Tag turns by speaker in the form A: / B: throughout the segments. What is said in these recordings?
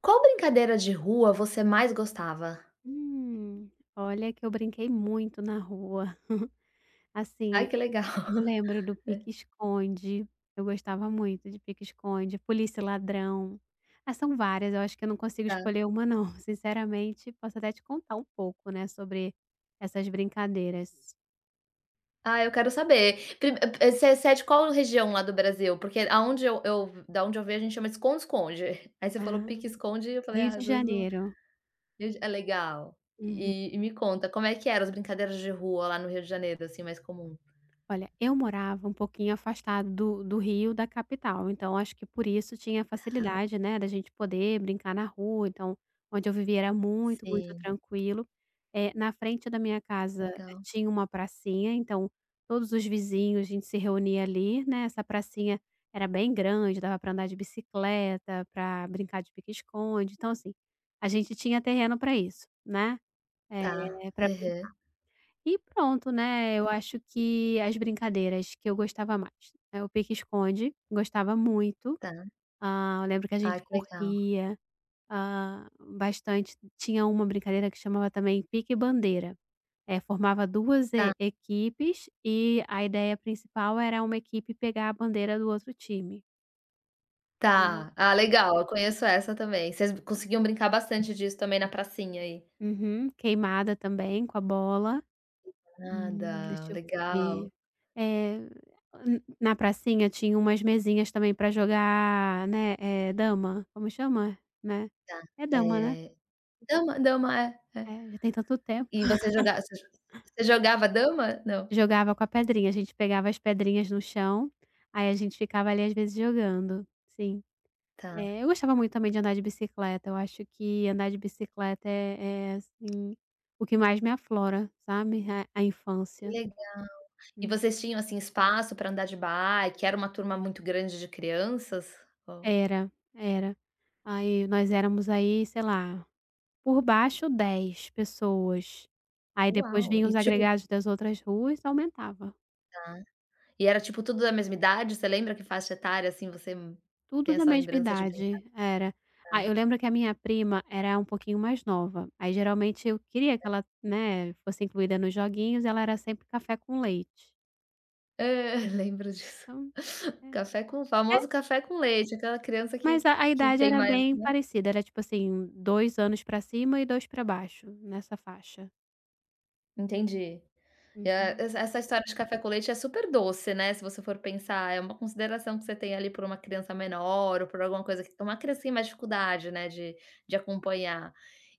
A: Qual brincadeira de rua você mais gostava?
B: Hum, olha que eu brinquei muito na rua.
A: Ai,
B: Assim,
A: que legal.
B: eu lembro do pique-esconde, eu gostava muito de pique-esconde, polícia e ladrão. Ah, são várias, eu acho que eu não consigo
A: Tá.
B: escolher uma não, sinceramente, posso até te contar um pouco, né, sobre essas brincadeiras.
A: Ah, eu quero saber. Você é de qual região lá do Brasil? Porque aonde eu da onde eu vejo, a gente chama de esconde-esconde. Aí você falou
B: Ah,
A: pique-esconde e eu falei:
B: Rio
A: "Ah,
B: de
A: às vezes não".
B: Janeiro.
A: É legal.
B: Uhum.
A: E me conta, como é que eram as brincadeiras de rua lá no Rio de Janeiro, assim, mais comum?
B: Olha, eu morava um pouquinho afastado do Rio, da capital, então acho que por isso tinha facilidade, né, da gente poder brincar na rua, então, onde eu vivia era muito, muito
A: Sim,
B: tranquilo. Na frente da minha casa,
A: legal.
B: tinha uma pracinha, então todos os vizinhos, a gente se reunia ali, né, essa pracinha era bem grande, dava para andar de bicicleta, para brincar de pique-esconde, então assim, a gente tinha terreno para isso, né,
A: Tá.
B: eh, pra
A: Aham.
B: e pronto, né, eu acho que as brincadeiras que eu gostava mais, é o pique-esconde, gostava muito,
A: Tá.
B: ah, eu lembro que a
A: Ah,
B: gente
A: que legal.
B: corria, ah, bastante. Tinha uma brincadeira que chamava também pique-bandeira, formava 2 e
A: Tá.
B: equipes e a ideia principal era uma equipe pegar a bandeira do outro time, né.
A: Tá. Ah, legal, eu conheço essa também. Vocês conseguiam brincar bastante disso também na pracinha aí?
B: Uhum, queimada também com a bola. Hum,
A: Nada,
B: deixa eu
A: legal,
B: ver. Eh, n na pracinha tinha umas mesinhas também pra jogar, né, dama, como chama? Né?
A: tá.
B: É dama, né?
A: É. Dama, dama, é, é.
B: É, já tem tanto tempo.
A: E você jogava, você jogava dama? Não,
B: Jogava com a pedrinha, a gente pegava as pedrinhas no chão, aí a gente ficava ali às vezes jogando, sim.
A: tá,
B: Eu gostava muito também de andar de bicicleta, eu acho que andar de bicicleta é, assim, o que mais me aflora, sabe, a
A: que
B: infância.
A: legal. E vocês tinham, assim, espaço para andar de bike, era uma turma muito grande de crianças? Ó,
B: Era, era. Aí nós éramos aí, sei lá, por baixo 10 pessoas. Aí depois
A: uau,
B: vinham
A: e
B: os
A: tipo,
B: agregados das outras ruas, aumentava.
A: tá. E era tipo tudo da mesma idade, você lembra que faixa etária, assim, você
B: Tudo
A: tem
B: da
A: essa
B: mesma
A: lembrança de brincar?
B: idade, era. Ah, eu lembro que a minha prima era um pouquinho mais nova. Aí geralmente eu queria que ela, né, fosse incluída nos joguinhos, ela era sempre café com leite.
A: É, lembro disso.
B: Então, é
A: Café com
B: é,
A: Famoso café com leite, aquela criança que
B: mas a
A: que
B: idade
A: tem
B: era
A: mais
B: bem parecida, era tipo assim, 2 anos pra cima e 2 pra baixo, nessa faixa.
A: entendi. É,
B: Uhum.
A: essa história de café com leite é super doce, né, se você for pensar, é uma consideração que você tem ali por uma criança menor ou por alguma coisa que uma criança tem mais dificuldade, né, de acompanhar.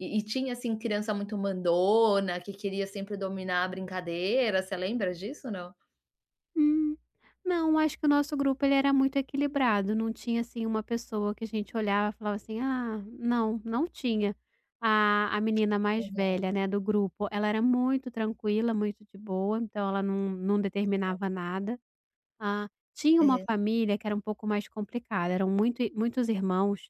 A: E tinha, assim, criança muito mandona, que queria sempre dominar a brincadeira, você lembra disso, não?
B: Hum, não, acho que o nosso grupo ele era muito equilibrado, não tinha assim uma pessoa que a gente olhava e falava assim: "Ah, não", não tinha. A menina mais
A: Legal.
B: velha, né, do grupo, ela era muito tranquila, muito de boa, então ela não determinava nada. Ah, tinha uma
A: Aham,
B: família que era um pouco mais complicada, eram muitos irmãos,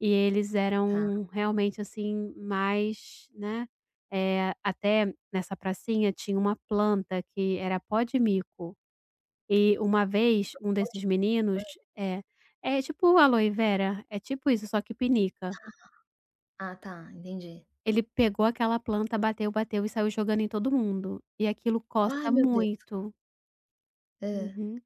B: e eles
A: tá.
B: eram realmente assim mais, né, é até nessa pracinha tinha uma planta que era pó de mico. E uma vez, um desses
A: Ótimo.
B: meninos é é tipo aloe vera, é tipo isso, só que pinica.
A: Ah, tá, entendi.
B: Ele pegou aquela planta, bateu, bateu e saiu jogando em todo mundo, e aquilo
A: Ai,
B: coça
A: meu Deus.
B: muito.
A: Hã.
B: Uhum.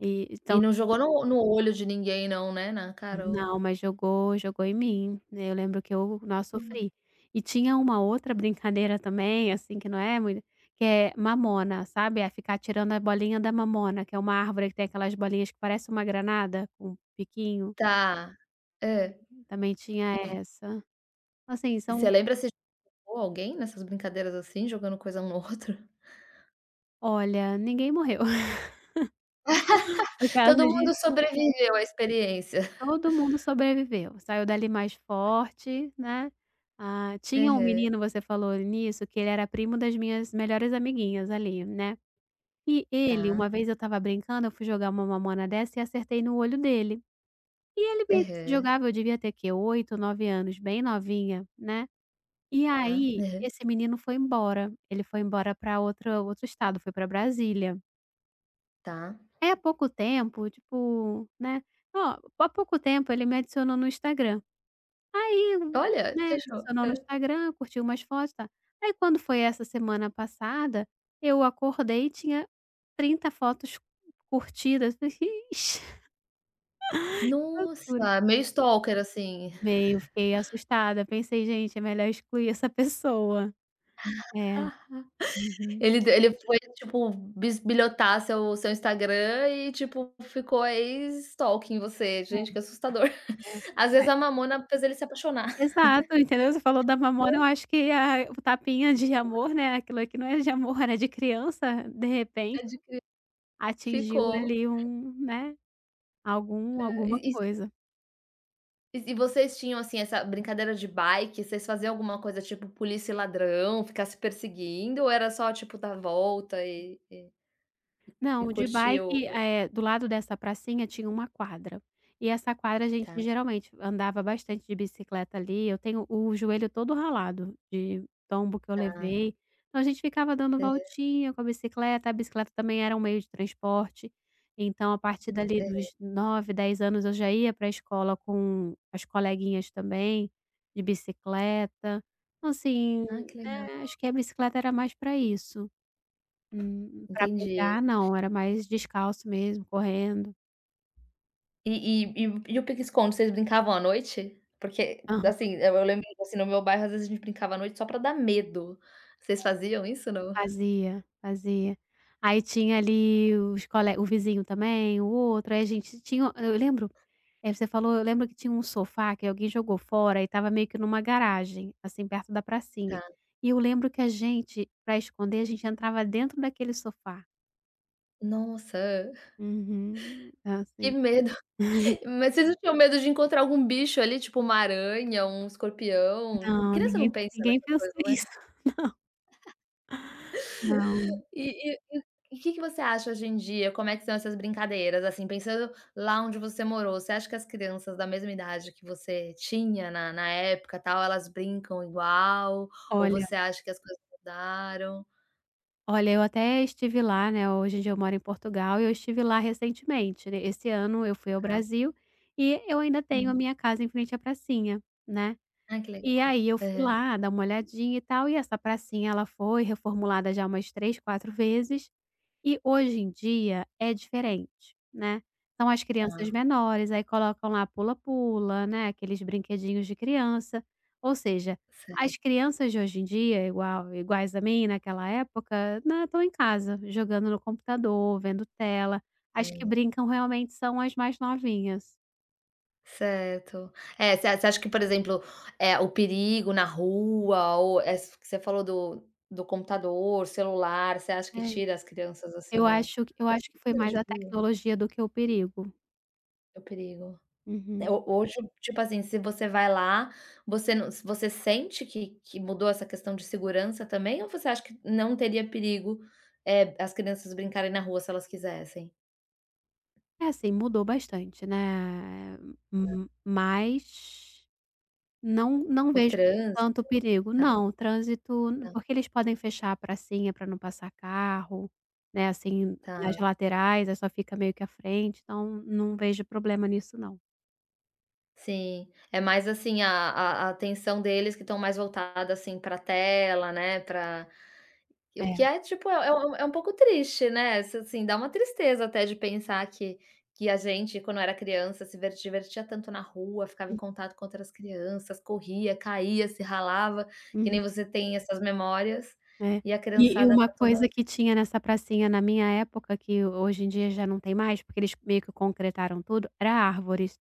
B: E então
A: E não jogou no olho de ninguém não, né, na cara ou
B: não, mas jogou em mim, né, eu lembro que eu, nossa, sofri. E tinha uma outra brincadeira também, assim, que não é mui que é mamona, sabe, é ficar tirando a bolinha da mamona, que é uma árvore que tem aquelas bolinhas que parece uma granada com um piquinho,
A: tá. Hã.
B: também tinha
A: E
B: essa. Assim, são
A: você lembra se ou alguém nessas brincadeiras, assim, jogando coisa um no outro.
B: olha, ninguém morreu. Por causa
A: Todo mundo
B: disso,
A: sobreviveu à experiência.
B: todo mundo sobreviveu, saiu dali mais forte, né. Ah, tinha um
A: Aham.
B: menino, você falou nisso, que ele era primo das minhas melhores amiguinhas ali, né. E ele,
A: Tá.
B: uma vez eu estava brincando, eu fui jogar uma mamona dessa e acertei no olho dele. E ele meio que se
A: Aham.
B: jogava, eu devia ter que 8 9 anos, bem novinha, né. E
A: Tá.
B: aí,
A: Aham.
B: esse menino foi embora, ele foi embora para outro estado, foi para Brasília.
A: Tá.
B: É, há pouco tempo, tipo, né, ó, há pouco tempo ele me adicionou no Instagram. Aí,
A: Olha,
B: né,
A: te
B: me
A: achou.
B: adicionou
A: Hã.
B: no Instagram, curtiu umas fotos, tá. Aí quando foi essa semana passada, eu acordei e tinha 30 fotos curtidas. Ixi, jura.
A: Nossa, meio stalker, assim.
B: Meio, fiquei assustada, pensei: "Gente, é melhor excluir essa pessoa". É, uhum,
A: Ele foi, tipo, bisbilhotar seu Instagram e, tipo, ficou aí stalking você. Gente, que assustador. Às vezes
B: é.
A: a mamona fez ele se apaixonar.
B: Exato, entendeu? Você falou da
A: Né,
B: Mamona, eu acho que a o tapinha de amor, né, aquilo aqui não é de amor, era de criança, de repente
A: pode crer.
B: atingiu
A: Ficou.
B: ali um, né,
A: Hã, e
B: alguma
A: e
B: coisa.
A: e vocês tinham, assim, essa brincadeira de bike, vocês faziam alguma coisa tipo polícia e ladrão, ficar se perseguindo ou era só tipo dar volta e
B: Não, de
A: curtir o
B: bike,
A: o
B: do lado dessa pracinha tinha uma quadra. E essa quadra a gente
A: tá, tá.
B: geralmente andava bastante de bicicleta ali, eu tenho o joelho todo ralado de tombo que eu
A: Aham.
B: levei. Então a gente ficava dando voltinha com a bicicleta também era um meio de transporte, então a partir dali dos 9, 10 anos eu já ia para a escola com as coleguinhas também, de bicicleta. Então assim,
A: Ah, que legal,
B: né, acho que a bicicleta era mais para isso. Pra
A: entendi.
B: pegar não, era mais descalço mesmo, correndo.
A: E o pique-esconde, vocês brincavam à noite? Porque,
B: Aham,
A: assim, eu lembro assim, no meu bairro às vezes a gente brincava à noite só pra dar medo. Vocês faziam isso, não?
B: fazia, fazia. Aí tinha ali os cole o vizinho também, o outro, aí a gente tinha eu lembro, você falou, eu lembro que tinha um sofá que alguém jogou fora e estava meio que numa garagem, assim, perto da pracinha.
A: Tá.
B: E eu lembro que a gente, pra esconder, a gente entrava dentro daquele sofá.
A: Nossa,
B: Uhum.
A: que
B: Assim,
A: medo. Mas vocês não tinham medo de encontrar algum bicho ali, tipo uma aranha, um escorpião?
B: não,
A: Criança não pensa
B: ninguém
A: nessas
B: pensou
A: coisas, né.
B: isso. Não,
A: E e e que você acha hoje em dia, como é que são essas brincadeiras, assim, pensando lá onde você morou, você acha que as crianças da mesma idade que você tinha na na época, tal, elas brincam igual, ou
B: olha
A: você acha que as coisas mudaram?
B: Olha, eu até estive lá, né, hoje em dia eu moro em Portugal e eu estive lá recentemente, né, esse ano eu fui ao
A: Tá.
B: Brasil e eu ainda tenho
A: Hum.
B: a minha casa em frente à pracinha, né.
A: Ai, que
B: E
A: legal.
B: aí eu fui
A: Aham.
B: lá dar uma olhadinha e tal, e essa pracinha ela foi reformulada já umas 3, 4 vezes e hoje em dia é diferente, né. São as crianças
A: Tá,
B: menores, aí colocam lá pula-pula, né, aqueles brinquedinhos de criança, ou seja, as
A: certo.
B: crianças de hoje em dia, igual iguais a mim naquela época, né, estão em casa, jogando no computador, vendo tela, as que brincam realmente são as mais novinhas.
A: Certo. É, você acha que, por exemplo, é o perigo na rua ou es que você falou do do computador, celular, você acha que
B: É,
A: tira as crianças, assim,
B: eu
A: da
B: acho que eu
A: das
B: acho que foi
A: brincadeiras
B: mais
A: de
B: a
A: rua,
B: tecnologia do que o perigo.
A: do perigo? É,
B: Uhum.
A: ho hoje, tipo assim, se você vai lá, você não se você sente que mudou essa questão de segurança também ou você acha que não teria perigo, é as crianças brincarem na rua se elas quisessem?
B: É assim, mudou bastante, né, mas não
A: O
B: vejo tanto
A: trânsito,
B: perigo.
A: né?
B: Não, trânsito porque eles podem fechar a pracinha para não passar carro, né, assim, nas
A: Tá.
B: laterais, aí só fica meio que à frente, então não vejo problema nisso não.
A: Sim, é mais assim a atenção deles que estão mais voltada, assim, pra tela, né, para o
B: É.
A: que é tipo é um pouco triste, né, s assim, dá uma tristeza até de pensar que a gente quando era criança se ver divertia tanto na rua, ficava em contato com outras crianças, corria, caía, se ralava, que
B: Uhum.
A: nem você tem essas memórias,
B: É.
A: e a
B: E
A: criançada
B: uma
A: tá toda
B: coisa que tinha nessa pracinha na minha época, que hoje em dia já não tem mais, porque eles meio que concretaram tudo, era árvores.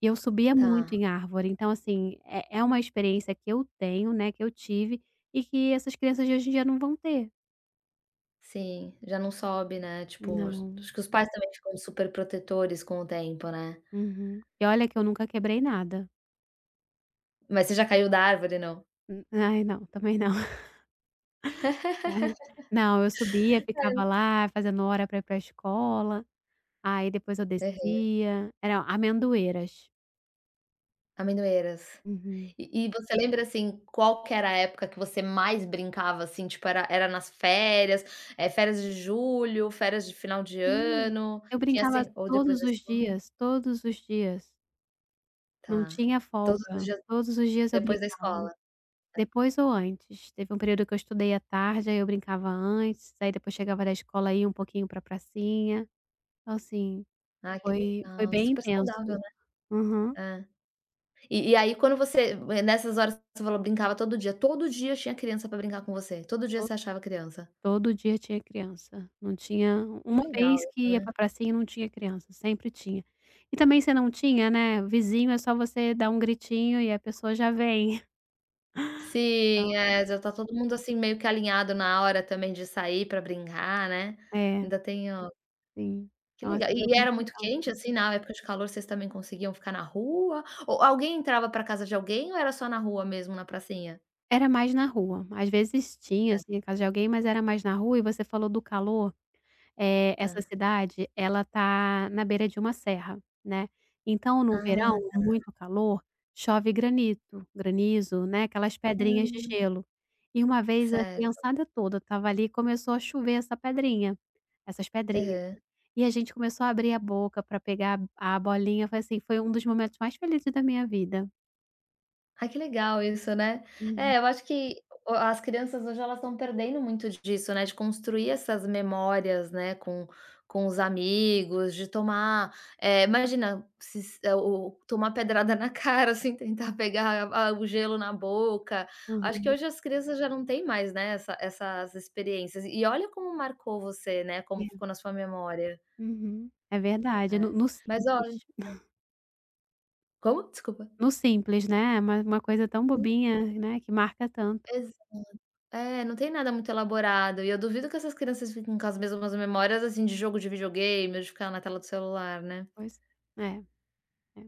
B: E eu subia muito
A: tá,
B: em árvore, então assim, é uma experiência que eu tenho, né, que eu tive, e que essas crianças de hoje em dia não vão ter.
A: sim, já não sobe, né, tipo,
B: Não.
A: acho que os pais também ficam super protetores com o tempo, né.
B: Uhum. E olha que eu nunca quebrei nada.
A: Mas você já caiu da árvore, não?
B: N ai não, também não. Não, eu subia, ficava lá fazendo hora para ir para a escola, aí depois eu
A: Aham.
B: descia, eram amendoeiras.
A: Amendoeiras.
B: Uhum.
A: E você lembra, assim, qual que era a época que você mais brincava, assim, tipo, era nas férias, férias de julho, férias de final de
B: Hum.
A: ano,
B: Eu
A: tinha
B: brincava
A: assim ou depois da escola?
B: todos os dias, não
A: Tá.
B: tinha
A: Todos os
B: folga,
A: dias
B: todos os dias eu
A: depois da
B: brincava,
A: escola.
B: depois ou antes. Teve um período que eu estudei à tarde, aí eu brincava antes, aí depois chegava da escola, ia um pouquinho para pracinha, então assim,
A: Ah, que
B: foi
A: legal,
B: bem
A: super
B: intenso.
A: saudável, né.
B: Aham.
A: É. E aí quando nessas horas que você falou brincava todo dia tinha criança pra brincar com você, todo dia
B: To
A: você achava criança.
B: Todo dia tinha criança, não tinha
A: Que
B: uma
A: legal
B: vez
A: isso,
B: que ia
A: né.
B: pra pracinha e não tinha criança, sempre tinha. E também se não tinha, né, vizinho é só você dar um gritinho e a pessoa já vem.
A: Sim, é, já tá todo mundo, assim, meio que alinhado na hora também de sair pra brincar, né.
B: É,
A: Ainda tem o
B: sim.
A: que
B: Nossa,
A: legal. E
B: foi
A: e era
B: muito
A: muito
B: legal.
A: quente, assim, na época de calor vocês também conseguiam ficar na rua? Ou alguém entrava pra casa de alguém ou era só na rua mesmo, na pracinha?
B: Era mais na rua, às vezes tinha, assim, a casa de alguém, mas era mais na rua e você falou do calor. Essa
A: Tá.
B: cidade, ela tá na beira de uma serra, né, então no
A: Ah,
B: verão, muito calor, chove granito, granizo, né, aquelas
A: tá.
B: pedrinhas de gelo. E uma vez a
A: Certo.
B: criançada toda estava ali e começou a chover essas pedrinhas.
A: Aham.
B: E a gente começou a abrir a boca pra pegar a bolinha, foi assim, foi um dos momentos mais felizes da minha vida.
A: Ai, que legal isso, né.
B: Uhum,
A: É, eu acho que o as crianças hoje elas estão perdendo muito disso, né, de construir essas memórias, né, com os amigos, de tomar, imagina se s eh, o tomar pedrada na cara, assim, tentar pegar a o gelo na boca. Acho que
B: uhum.
A: hoje as crianças já não têm mais, né, essas experiências. E olha como marcou você, né,
B: É,
A: como ficou na sua memória.
B: uhum. É verdade,
A: É.
B: no
A: Mas olha
B: simples.
A: como? Desculpa.
B: No simples, né, é uma coisa tão bobinha, né, que marca tanto.
A: É, não tem nada muito elaborado, e eu duvido que essas crianças fiquem com as mesmas memórias, assim, de jogo de videogame ou de ficar na tela do celular, né.
B: Pois é, é.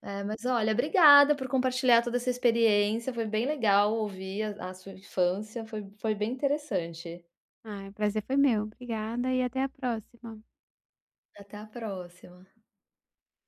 A: É, mas olha, obrigada por compartilhar toda essa experiência, foi bem legal ouvir a sua infância, foi foi bem interessante.
B: Ai, o prazer foi meu. Obrigada e até a próxima.
A: Até a próxima.